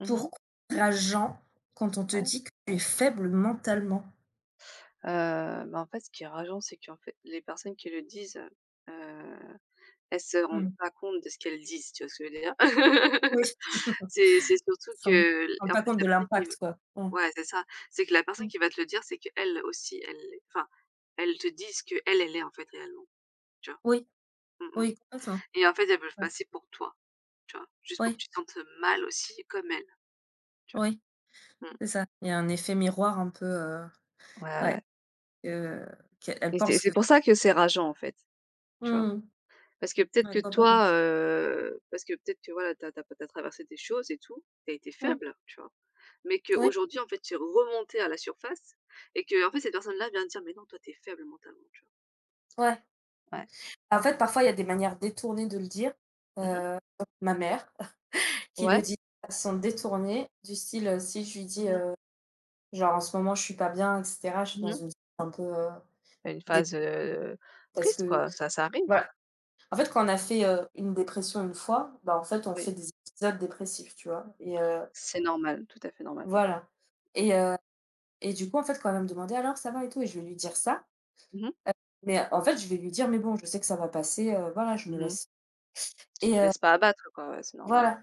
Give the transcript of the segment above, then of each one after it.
Mmh mh. Pourquoi rageant quand on te Ouais. dit que tu es faible mentalement? Bah, en fait, ce qui est rageant, c'est qu'en fait, les personnes qui le disent, elles se rendent Mmh. pas compte de ce qu'elles disent, tu vois ce que je veux dire? Oui. Tu C'est surtout te rends tu que te l rends en pas fait, compte la de personne qui l'impact veut, quoi. Mmh. ouais, c'est ça. C'est que la personne Mmh. qui va te le dire, c'est qu'elle aussi, elle l'est. Enfin, elle te dit ce qu'elle, elle est, en fait, réellement, tu vois? Oui, Mmh mh. oui, complètement. Et en fait, elles veulent Ouais. passer pour toi, tu vois? Juste pour que Oui, tu te sentes mal aussi comme elles, tu oui, vois? Mmh. c'est ça. Il y a un effet miroir un peu, Ouais, ouais, ouais, heu, qu'elle et c'est pense c'est que pour ça que c'est rageant, en fait, tu vois? mmh, Parce que peut-être que ouais, complètement. toi, parce que peut-être que voilà, t'as as tu traversé des choses et tout, t'as été Mmh. faible, tu vois? Mais Oui, qu'aujourd'hui, en fait, tu es remontée à la surface et que en fait, cette personne-là vient te dire: «Mais non, toi, t'es faible mentalement», tu ouais. vois? Ouais. En fait, parfois, il y a des manières détournées de le dire, Mmh. heu, ma mère qui le Ouais. dit de façon détournée, du style, si je lui dis, Mmh mh. Genre: «En ce moment, je suis pas bien et cetera, je suis Mmh dans une mh. un peu, euh, Une Des phase, parce triste que quoi, ça arrive, hein. voilà. En fait, quand on a fait, une dépression une fois, bah, en fait, on Oui, fait des épisodes dépressifs, tu vois? Et c'est normal, tout à fait normal. voilà. Et et du coup, en fait, quand elle va me demander: «Alors ça va et tout?» Et je vais lui dire ça, Mmh mh. heu, mais en fait, je vais lui dire: «Mais bon, je sais que ça va passer, voilà, je me Mmh. laisse» Tu et te laisses pas abattre quoi, ouais, c'est normal, hein. voilà.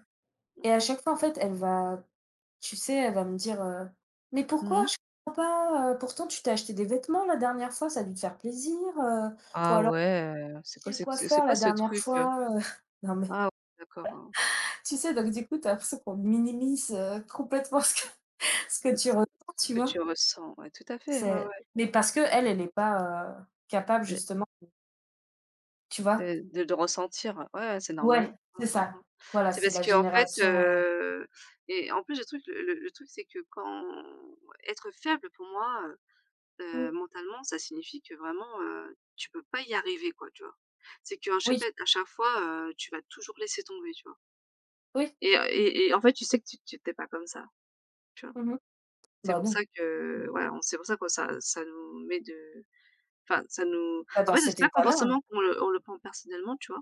Mmh. Et à chaque fois, en fait, elle va tu sais, elle va me dire, «Mais pourquoi? Mmh. Je comprends pas, pourtant tu t'es acheté des vêtements la dernière fois, ça a dû te faire plaisir,» ou Ah alors: ouais, c'est quoi «Chez le c'est c'est c'est coiffeur quoi la ce dernière truc? fois,» non mais Ah ouais, d'accord, hein. tu sais, donc du coup, tu as l'impression qu'on minimise, complètement ce que ce que Ouais, tu c'est ressens, tout ce tu que vois? tu ressens, ouais, tout à fait, ouais, C'est ouais, mais parce que elle n'est pas, capable justement, tu vois? de ressentir, ouais, ouais, c'est Ouais, normal. Mmh, c'est mmh, ça. mmh. Voilà, C'est c'est parce la que en fait, génération, et en plus le truc le truc c'est que quand être faible pour moi, mmh, mentalement, ça signifie que vraiment, tu peux pas y arriver quoi, tu vois? C'est qu'à chaque oui, fait à chaque fois, tu vas toujours laisser tomber, tu vois? oui, Et en fait, tu sais que tu pas comme ça, tu vois? mmh C'est bah, pour ça non, que, ouais, on c'est pour ça que ça nous met de, enfin, ça nous, pas en dans fait, c'est cet pas état-là. forcément qu'on le prend personnellement, tu vois?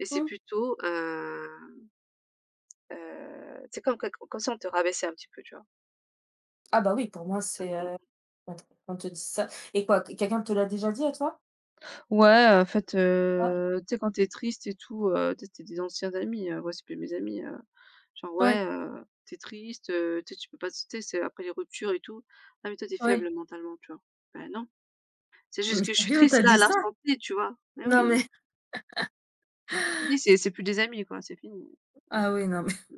Mais c'est Mmh. plutôt, c'est comme si on te rabaissait un petit peu, tu vois? Ah bah, oui, pour moi, Mmh c'est, mh. quand on te dit ça et quoi, quelqu'un te l'a déjà dit à toi? Ouais, en fait, Ouais. Tu sais quand tu es triste et tout, tu sais c'était des anciens amis, ouais, c'est plus mes amis, genre: Ouais, «Ouais, tu es triste, tu sais, tu peux pas tu sais, c'est après les ruptures et tout. Ah mais toi tu es ouais. faible mentalement», tu vois? Bah non, c'est Mais juste que je suis sérieux, triste t'as là à dit ça? l'instant T, tu vois? Bah Non, oui, mais je te dis c'est plus des amis quoi, c'est fini. Mmh ah oui, non, mais mh.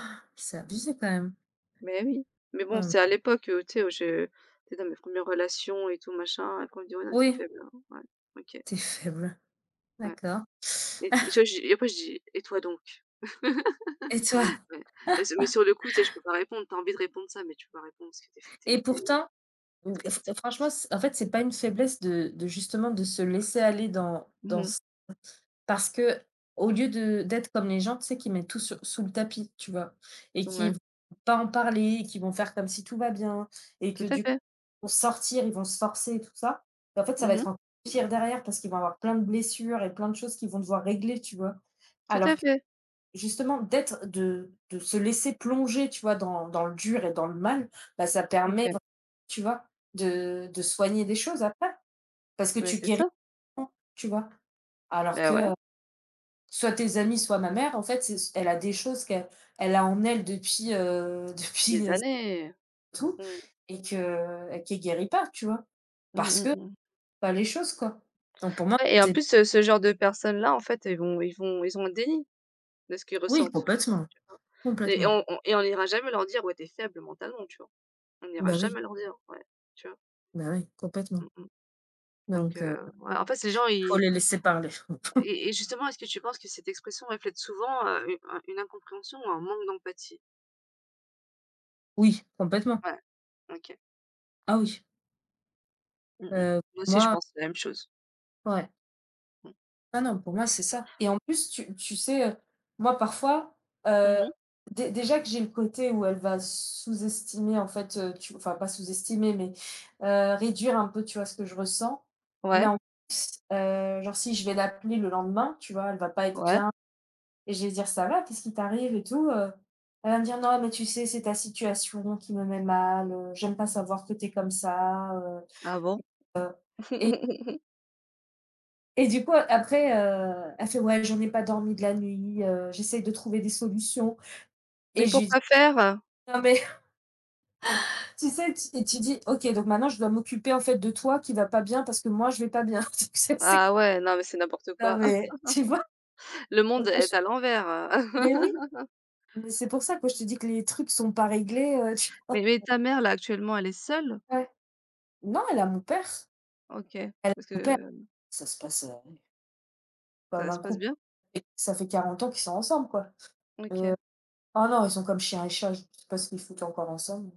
c'est abusé quand même. Mais oui, mais Ouais, bon, c'est à l'époque, tu sais, où je j'étais dans mes premières relations et tout machin, après on me dit: «Ouais, non, tu oui, faible, hein». Ouais, OK, t'es faible. ouais, D'accord. Et après je dis: «Et toi donc?» Et toi? Ouais, et ce mais sur le coup, tu sais, je peux pas répondre. T'as envie de répondre ça, mais tu peux pas répondre parce que t'es es Et f tu pourtant, mmh, f triste. franchement, c en fait, c'est pas une faiblesse de justement de se laisser aller dans dans Mmh. c parce que au lieu de d'être comme les gens, tu sais, qui mettent tout sur sous le tapis, tu vois? Et qui Ouais, vont pas en parler, et qui vont faire comme si tout va bien et tout que à du coup, fait. pour sortir, ils vont se forcer et tout ça. Et en fait, ça va être Mmh. encore pire derrière parce qu'ils vont avoir plein de blessures et plein de choses qu'ils vont devoir régler, tu vois? Tout Alors à que fait. justement, d'être de se laisser plonger, tu vois, dans le dur et dans le mal, bah, ça permet OK. tu vois? De soigner des choses après, parce que Mais tu c'est guéris ça. tu vois? Alors Ben que, ouais, soit tes amis, soit ma mère, en fait, c'est elle a des choses qu'elle elle a en elle depuis, depuis, des années. tout Mmh. et qu'elle guérit pas, tu vois? Mmh, Parce mmh, que mmh. pas les choses, quoi. Donc pour moi, Ouais, et en c'est plus, ce genre de personnes-là, en fait, ils ont un déni. De ce qu'ils oui, ressentent, complètement, tu vois? Et complètement. on n'ira jamais leur dire: «Ouais, tu es faible mentalement», tu vois? On n'ira Bah oui, jamais leur dire, ouais, tu vois? bah oui, complètement. Mmh mh. Donc, Donc ouais, en fait, les gens, faut ils. les laisser parler. Et justement, est-ce que tu penses que cette expression reflète souvent, u un une incompréhension ou un manque d'empathie? Oui, complètement. Ouais, OK. Ah oui, Mmh mh. heu, Moi aussi, je moi pense la même chose. ouais. Mmh. Ah non, pour moi, c'est ça. Et en plus, tu sais, moi, parfois, Mmh heu, mh. dé déjà que j'ai le côté où elle va sous-estimer, en fait, tu enfin, pas sous-estimer, mais réduire un peu, tu vois, ce que je ressens. Mais Ouais, en genre, si je vais l'appeler le lendemain, tu vois, elle va pas être ouais. bien et je vais dire: «Ça va? Qu'est-ce qui t'arrive et tout?» Elle va me dire: «Non, mais tu sais, c'est ta situation qui me met mal, j'aime pas savoir que t'es comme ça,» Ah bon? Et du coup, après, elle fait ouais, j'en ai pas dormi de la nuit, j'essaye de trouver des solutions. Et Mais je lui dis pourquoi faire? non mais tu sais, et tu dis ok, donc maintenant je dois m'occuper en fait de toi qui va pas bien parce que moi je vais pas bien. Donc, c'est Ah quoi ouais, non, mais c'est n'importe non quoi. mais tu vois? Le monde Donc, moi, est je à l'envers, mais heu. oui, mais c'est pour ça que je te dis que les trucs sont pas réglés, tu vois? Mais ta mère, là, actuellement, elle est seule? Ouais. Non, elle a mon père. OK, Elle a parce mon père. que. Ça se passe, Ça comme se un passe couple bien? et ça fait 40 ans qu'ils sont ensemble, quoi. Et OK. Oh non, ils sont comme chien et chat, je sais pas ce qu'ils foutent encore ensemble.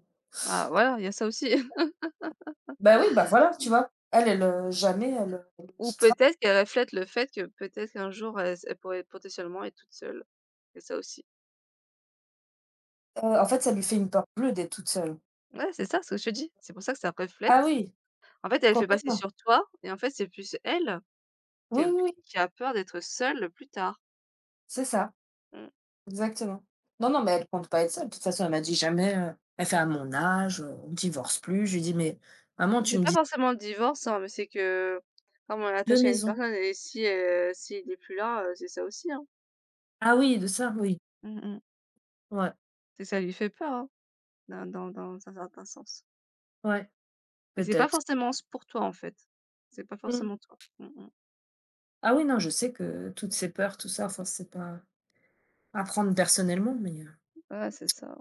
Ah voilà, il y a ça aussi. Bah, oui, bah, voilà, tu vois? Elle, jamais elle le Ou quittera. peut-être qu'elle reflète le fait que peut-être qu'un jour elle pourrait potentiellement être toute seule. Et ça aussi. En fait, ça lui fait une peur bleue d'être toute seule. Ouais, c'est ça, ce que je te dis. C'est pour ça que ça Ah reflète. oui, En fait, elle fait passer complètement. sur toi et en fait, c'est plus elle Oui, que oui, oui, qui a peur d'être seule plus tard. c'est ça, Mmh. exactement. Non, non, mais elle compte pas être seule. De toute façon, elle m'a dit jamais, elle fait: «À mon âge, on divorce plus». Je lui dis: «Mais maman, tu C'est me pas dis forcément le divorce, hein, mais c'est que comme on est deux attaché à une maisons». personne et si, s'il est plus là, c'est ça aussi, hein. Ah oui, de ça, oui. Mmh mh. Ouais, C'est que ça lui fait peur, hein, dans un certain sens. ouais, Et c'est pas peut-être. forcément s pour toi, en fait. C'est pas Mmh. forcément toi. Mmh mh. Ah oui, non, je sais que toutes ces peurs, tout ça, enfin, c'est pas à prendre personnellement, mais heu Ouais, c'est ça.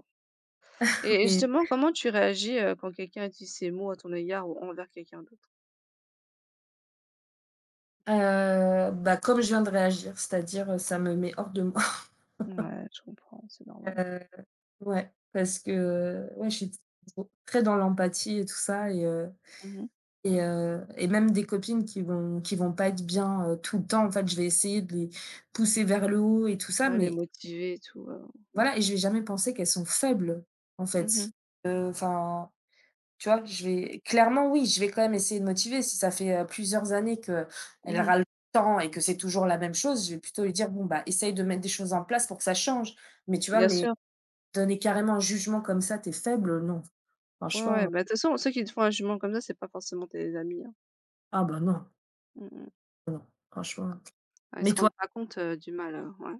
Et mais justement, comment tu réagis, quand quelqu'un utilise ces mots à ton égard ou envers quelqu'un d'autre? heu, bah, comme je viens de réagir, c'est-à-dire, ça me met hors de moi. Ouais, je comprends, c'est normal. Heu Ouais, parce que, ouais, je suis très dans l'empathie et tout ça et heu Mmh. et heu et même des copines qui vont pas être bien, tout le temps, en fait, je vais essayer de les pousser vers le haut et tout ça, Ouais, les mais motiver et tout. voilà et je vais jamais penser qu'elles sont faibles, en Mmh mh. fait. Enfin, tu vois? Je vais clairement, oui, je vais quand même essayer de motiver. Si ça fait, plusieurs années qu'elles Mmh. râlent tout le temps et que c'est toujours la même chose, je vais plutôt lui dire: «Bon, bah, essaye de mettre des choses en place pour que ça change». Mais tu vois? Bien Mais sûr. donner carrément un jugement comme ça: t'es faible», non. Ouais, ouais, Franchement, bah, de toute façon, ceux qui te font un jugement comme ça, c'est pas forcément tes amis, hein. ah bah, non, Mmh mh. franchement. Ouais, ils Mais se toi rendent pas compte, du mal, ouais.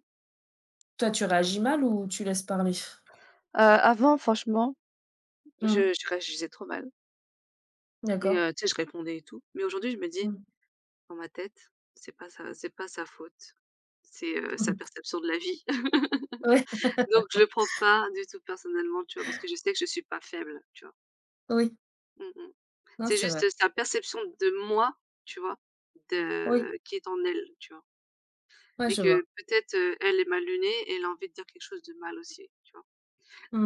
toi, tu réagis mal ou tu laisses parler? Avant, franchement. Je Mmh, je réagissais trop mal, mais d'accord. Tu sais, je répondais et tout. Mais aujourd'hui, je me dis. Mmh. Dans ma tête, c'est pas sa faute, c'est, sa perception de la vie. Ouais, Donc je le prends pas du tout personnellement, tu vois? Parce que je sais que je suis pas faible, tu vois? oui, Mmh mh. non, C'est c'est vrai. juste sa perception de moi, tu vois? Oui, De qui est en elle, tu vois? ouais, Et je que vois. peut-être, elle est mal lunée et elle a envie de dire quelque chose de mal aussi, tu vois?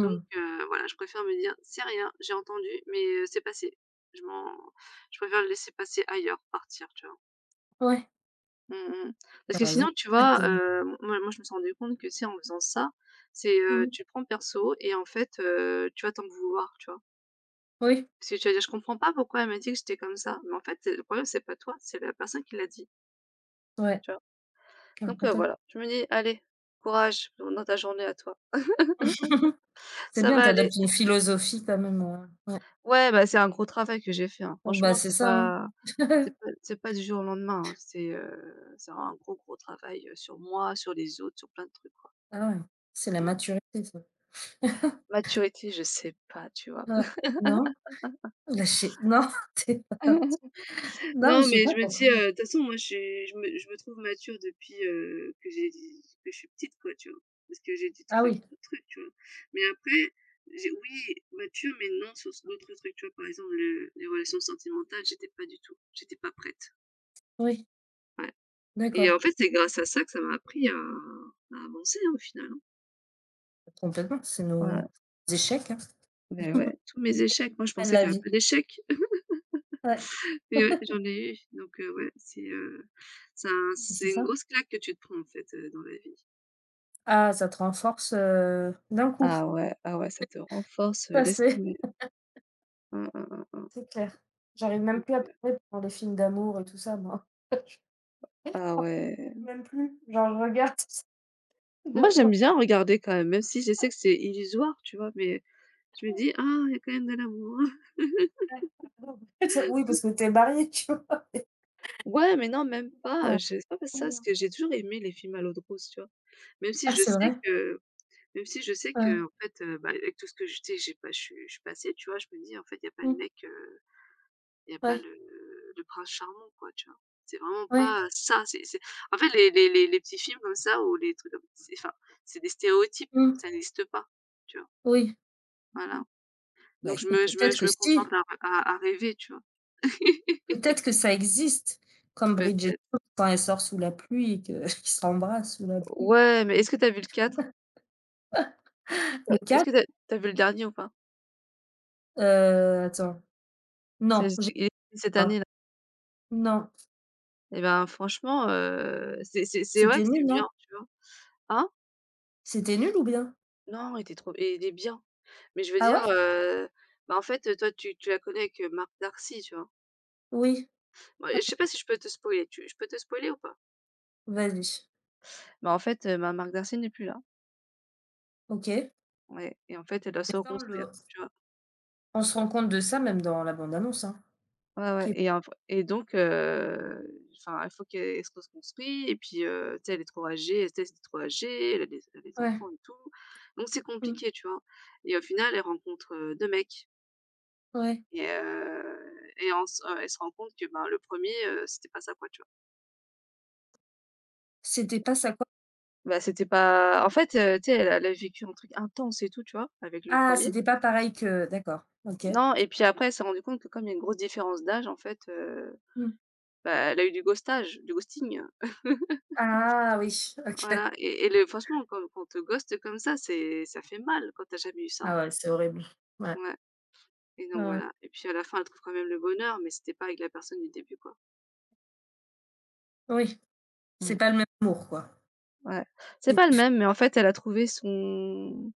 Donc, voilà, je préfère me dire: «C'est rien, j'ai entendu, mais c'est passé». Je m'en je préfère le laisser passer ailleurs, partir, tu vois? Ouais, Mmh mh. tu Parce que as raison. sinon, tu En fait, vois, moi je me suis rendu compte que, tu sais, en faisant ça, c'est, mmh, tu le prends perso et en fait, tu vas t'en vouloir, tu vois? oui, Parce que tu vas dire: «Je comprends pas pourquoi elle m'a dit que j'étais comme ça». Mais en fait, le problème, c'est pas toi, c'est la personne qui l'a dit, ouais, ouais, tu vois? Donc, complètement. voilà, je me dis: «Allez, courage dans ta journée à toi, C'est ça bien, va aller». t'adoptes une philosophie quand même, ouais. Ouais, bah, c'est un gros travail que j'ai fait, hein. Bon, bah, Franchement, c'est c'est ça, hein. pas c'est pas c'est pas du jour au lendemain, hein. C'est un gros, gros travail, sur moi, sur les autres, sur plein de trucs, quoi. Ah ouais, c'est la Mmh. maturité ça. Maturité, je sais pas, tu vois? Ouais, non, lâcher non, tu non, mais Non, j'ai mais pas je me dis, compris. De toute façon, moi, je me trouve mature depuis, que je suis petite, quoi, tu vois? Parce que j'ai dû tout Ah faire oui, plein de trucs, tu vois? Mais après, j'ai oui, mature, mais non sur ce d'autres trucs, tu vois? Par exemple, le les relations sentimentales, j'étais pas du tout, j'étais pas prête. oui, Ouais, et d'accord. en fait, c'est grâce à ça que ça m'a appris à avancer, hein, au final, hein. Complètement, c'est Ouais, nos échecs, hein. beh, ouais. Tous mes échecs, moi, je Prennent pensais la qu'il y avait vie. pas d'échecs. Ouais, Et ouais, j'en ai eu, donc ouais, ça c'est c'est une ça. grosse claque que tu te prends en fait, dans la vie. Ah, ça te renforce, d'un coup. Ah ouais, ah ouais, ça te renforce, Ça, laisse c'est tomber. Mmh, mmh, mmh, mmh. c'est clair. J'arrive même Donc plus à heu pleurer pour les films d'amour et tout ça, moi. Ah ouais. Même plus. Genre, je regarde je Moi, je j'aime bien regarder quand même, même si je sais que c'est illusoire, tu vois? Mais je me dis: «Ah, il y a quand même de l'amour». regarde pardon. Oui, parce que t'es marié, tu vois? Ouais, mais non, même pas, Ouais. je c'est pas ça, parce Mmh. que j'ai toujours aimé les films à l'eau de rose, tu vois? Même si Ah, je c'est sais vrai? que même si je sais Ouais. que en fait, bah, avec tout ce que je sais, j'ai pas je suis je suis passée, tu vois? Je me dis: «En fait, il y a pas de Mmh. mec». Il y a pas Ouais. le prince charmant quoi, tu vois? C'est vraiment Ouais. pas ça, c'est en fait les petits films comme ça ou les trucs comme c'est enfin, c'est des stéréotypes, Mmh. ça n'existe pas, tu vois? Oui. Voilà. Bah, Donc je écoute, me je me peut-être je que me contente si, à rêver, tu vois? peut-être que ça existe, comme Bridget Peut-être. Jones quand elle sort sous la pluie et que qu'ils s'embrassent sous la pluie. Ouais, mais est-ce que tu as vu le quatre. Le Est-ce 4, que tu as vu le dernier ou pas? Attends, C'est non, j'ai il est sorti cette pas. année là. Non. Et ben franchement, c'est vrai C'était que c'est nul, bien, non? tu vois? Hein? C'était nul ou bien? Non, il était trop et il est bien. Mais je veux Ah dire. ouais? Ah, bah, en fait, toi tu la connais avec, Marc Darcy, tu vois? Oui, Bah, je sais pas si je peux te spoiler, tu je peux te spoiler ou pas? vas-y. Bah, en fait, bah, Marc Darcy n'est plus là, OK. Mais ouais et en fait, elle doit se ça, reconstruire, tu vois? on se rend compte de ça même dans la bande annonce, hein, Ouais, ouais qui est et en f et donc enfin, il faut qu'elle se reconstruit et puis, tu sais, elle est trop âgée, elle tu sais, c'est trop âgée, elle a des ouais, enfants et tout. Donc c'est mmh, compliqué, tu vois? Et au final, elle rencontre, 2 mecs ouais. Et en s elle se rend compte que, ben, le premier, c'était pas ça, quoi, tu vois? C'était pas ça quoi Bah, c'était pas, en fait, tu sais, elle a vécu un truc intense et tout, tu vois? Avec le ah, premier. c'était pas pareil que d'accord, OK. Non et puis après, elle s'est rendue compte que comme il y a une grosse différence d'âge, en fait, Mmh. bah, elle a eu du ghostage, du ghosting, Ah oui, OK. voilà et le franchement, quand on te ghoste comme ça, c'est ça fait mal quand t'as jamais eu ça, Ah hein. ouais, c'est horrible. Ouais, Ouais et donc ouais, ouais. voilà et puis à la fin, elle trouve quand même le bonheur, mais c'était pas avec la personne du début, quoi. Oui, c'est Mmh. pas le même amour quoi. Ouais. C'est pas le C'est même, mais en fait, elle a trouvé son.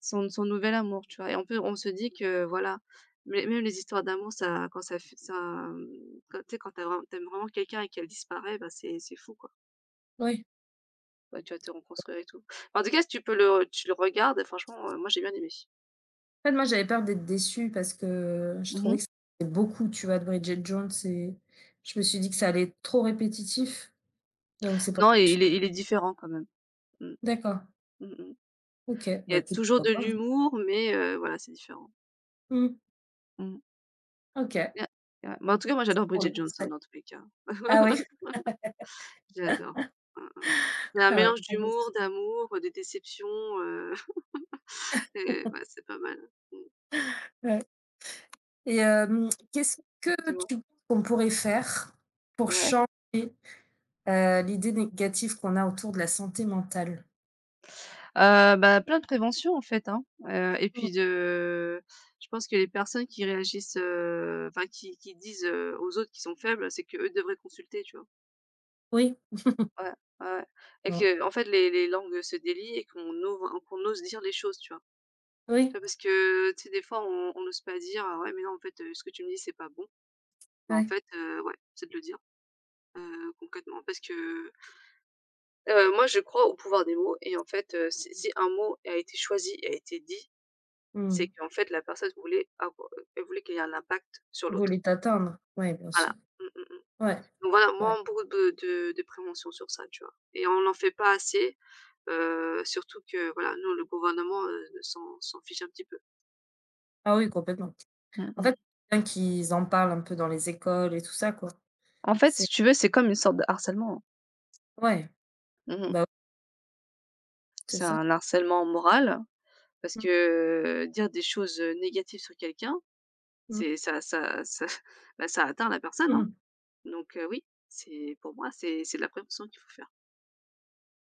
Son nouvel amour, tu vois? Et on se dit que voilà, mais même les histoires d'amour, ça quand ça fait ça, mmh, quand tu sais, quand tu as vraiment quelqu'un et qu'elle disparaît, bah, c'est fou, quoi. oui. Bah, tu vas te reconstruire et tout. En tout cas, si tu peux le tu le regardes, franchement, moi, j'ai bien aimé. En fait, moi, j'avais peur d'être déçue parce que je Mmh. trouvais que c'était beaucoup, tu vois, de Bridget Jones et je me suis dit que ça allait être trop répétitif, donc c'est pas Non, il est différent quand même. Mmh. d'accord. Mmh mh. OK, Il bah, y a écoute, toujours pourquoi de pas, hein. l'humour, mais voilà, c'est différent. Mmh. Mmh. OK, Et ouais, mais en tout cas, moi, c'est j'adore pour le Bridget Jones, hein, conseil. dans tous les cas. Ah ouais, J'adore. Mmh, mmh. C'est un ah ouais, mélange ah oui, d'humour, d'amour, de déception, heu. Et ouais, c'est pas mal. Mmh. ouais. Et qu'est-ce que Dis-moi? tu penses qu'on pourrait faire pour Ouais. changer, l'idée négative qu'on a autour de la santé mentale? Bah, plein de prévention en fait, hein, et Mmh. puis de, je pense que les personnes qui réagissent, enfin qui disent, aux autres qui sont faibles, c'est que eux devraient consulter, tu vois? Oui. Ouais, ouais, et Mmh. qu'en fait les langues se délient et qu'on ose, hein, qu'on ose dire les choses, tu vois? Tu Oui. vois? Parce que, tu sais, des fois on n'ose pas dire: «Ah ouais, mais non, en fait, ce que tu me dis, c'est pas bon». Bah, en Ouais. fait, ouais, c'est de le dire, concrètement parce que. Moi, je crois au pouvoir des mots et en fait, si un mot a été choisi et a été dit, c'est Mmh. qu'en fait la personne voulait avo elle voulait qu'il y ait un impact sur Vous l'autre. voulez t'atteindre? Ouais, bien Voilà. sûr. Mmh mh mh. Ouais, Donc voilà, ouais. moi, beaucoup de prévention sur ça, tu vois? Et on n'en fait pas assez, surtout que voilà, nous, le gouvernement, s'en fiche un petit peu. Ah oui, complètement. Mmh En mh. fait, c'est bien qu'ils en parlent un peu dans les écoles et tout ça, quoi. En fait, C'est si tu veux, c'est comme une sorte de harcèlement. ouais, Mmh. bah, oui, c'est C'est ça. un harcèlement moral parce Mmh que, dire des choses, négatives sur quelqu'un, mh. c'est ça, bah, ça atteint la personne, Mmh hein. mh. Donc oui, c'est pour moi, c'est de la prévention qu'il faut faire.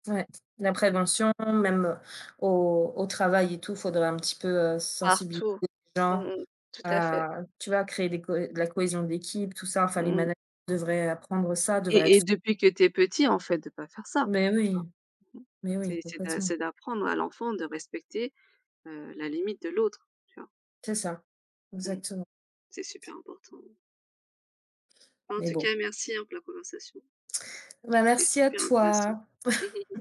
Ouais, la Mmh. prévention, même, au travail et tout, faudrait un petit peu, sensibiliser Partout. les Mmh gens mh. Tout à fait. à, tu vois, créer des co de la cohésion d'équipe, tout ça. Enfin, les Mmh. managers devraient apprendre ça, devraient Et être depuis que tu es petit, en fait, de pas faire ça, mais tu vois? oui, Mmh. mais C'est oui, c'est d'a complètement. c'est d'apprendre à l'enfant de respecter, la limite de l'autre, tu vois? C'est ça, Mmh. exactement. C'est super important. En Mais tout bon. cas, merci, hein, pour la conversation. Bah, C'était merci à super intéressant. toi. Mmh.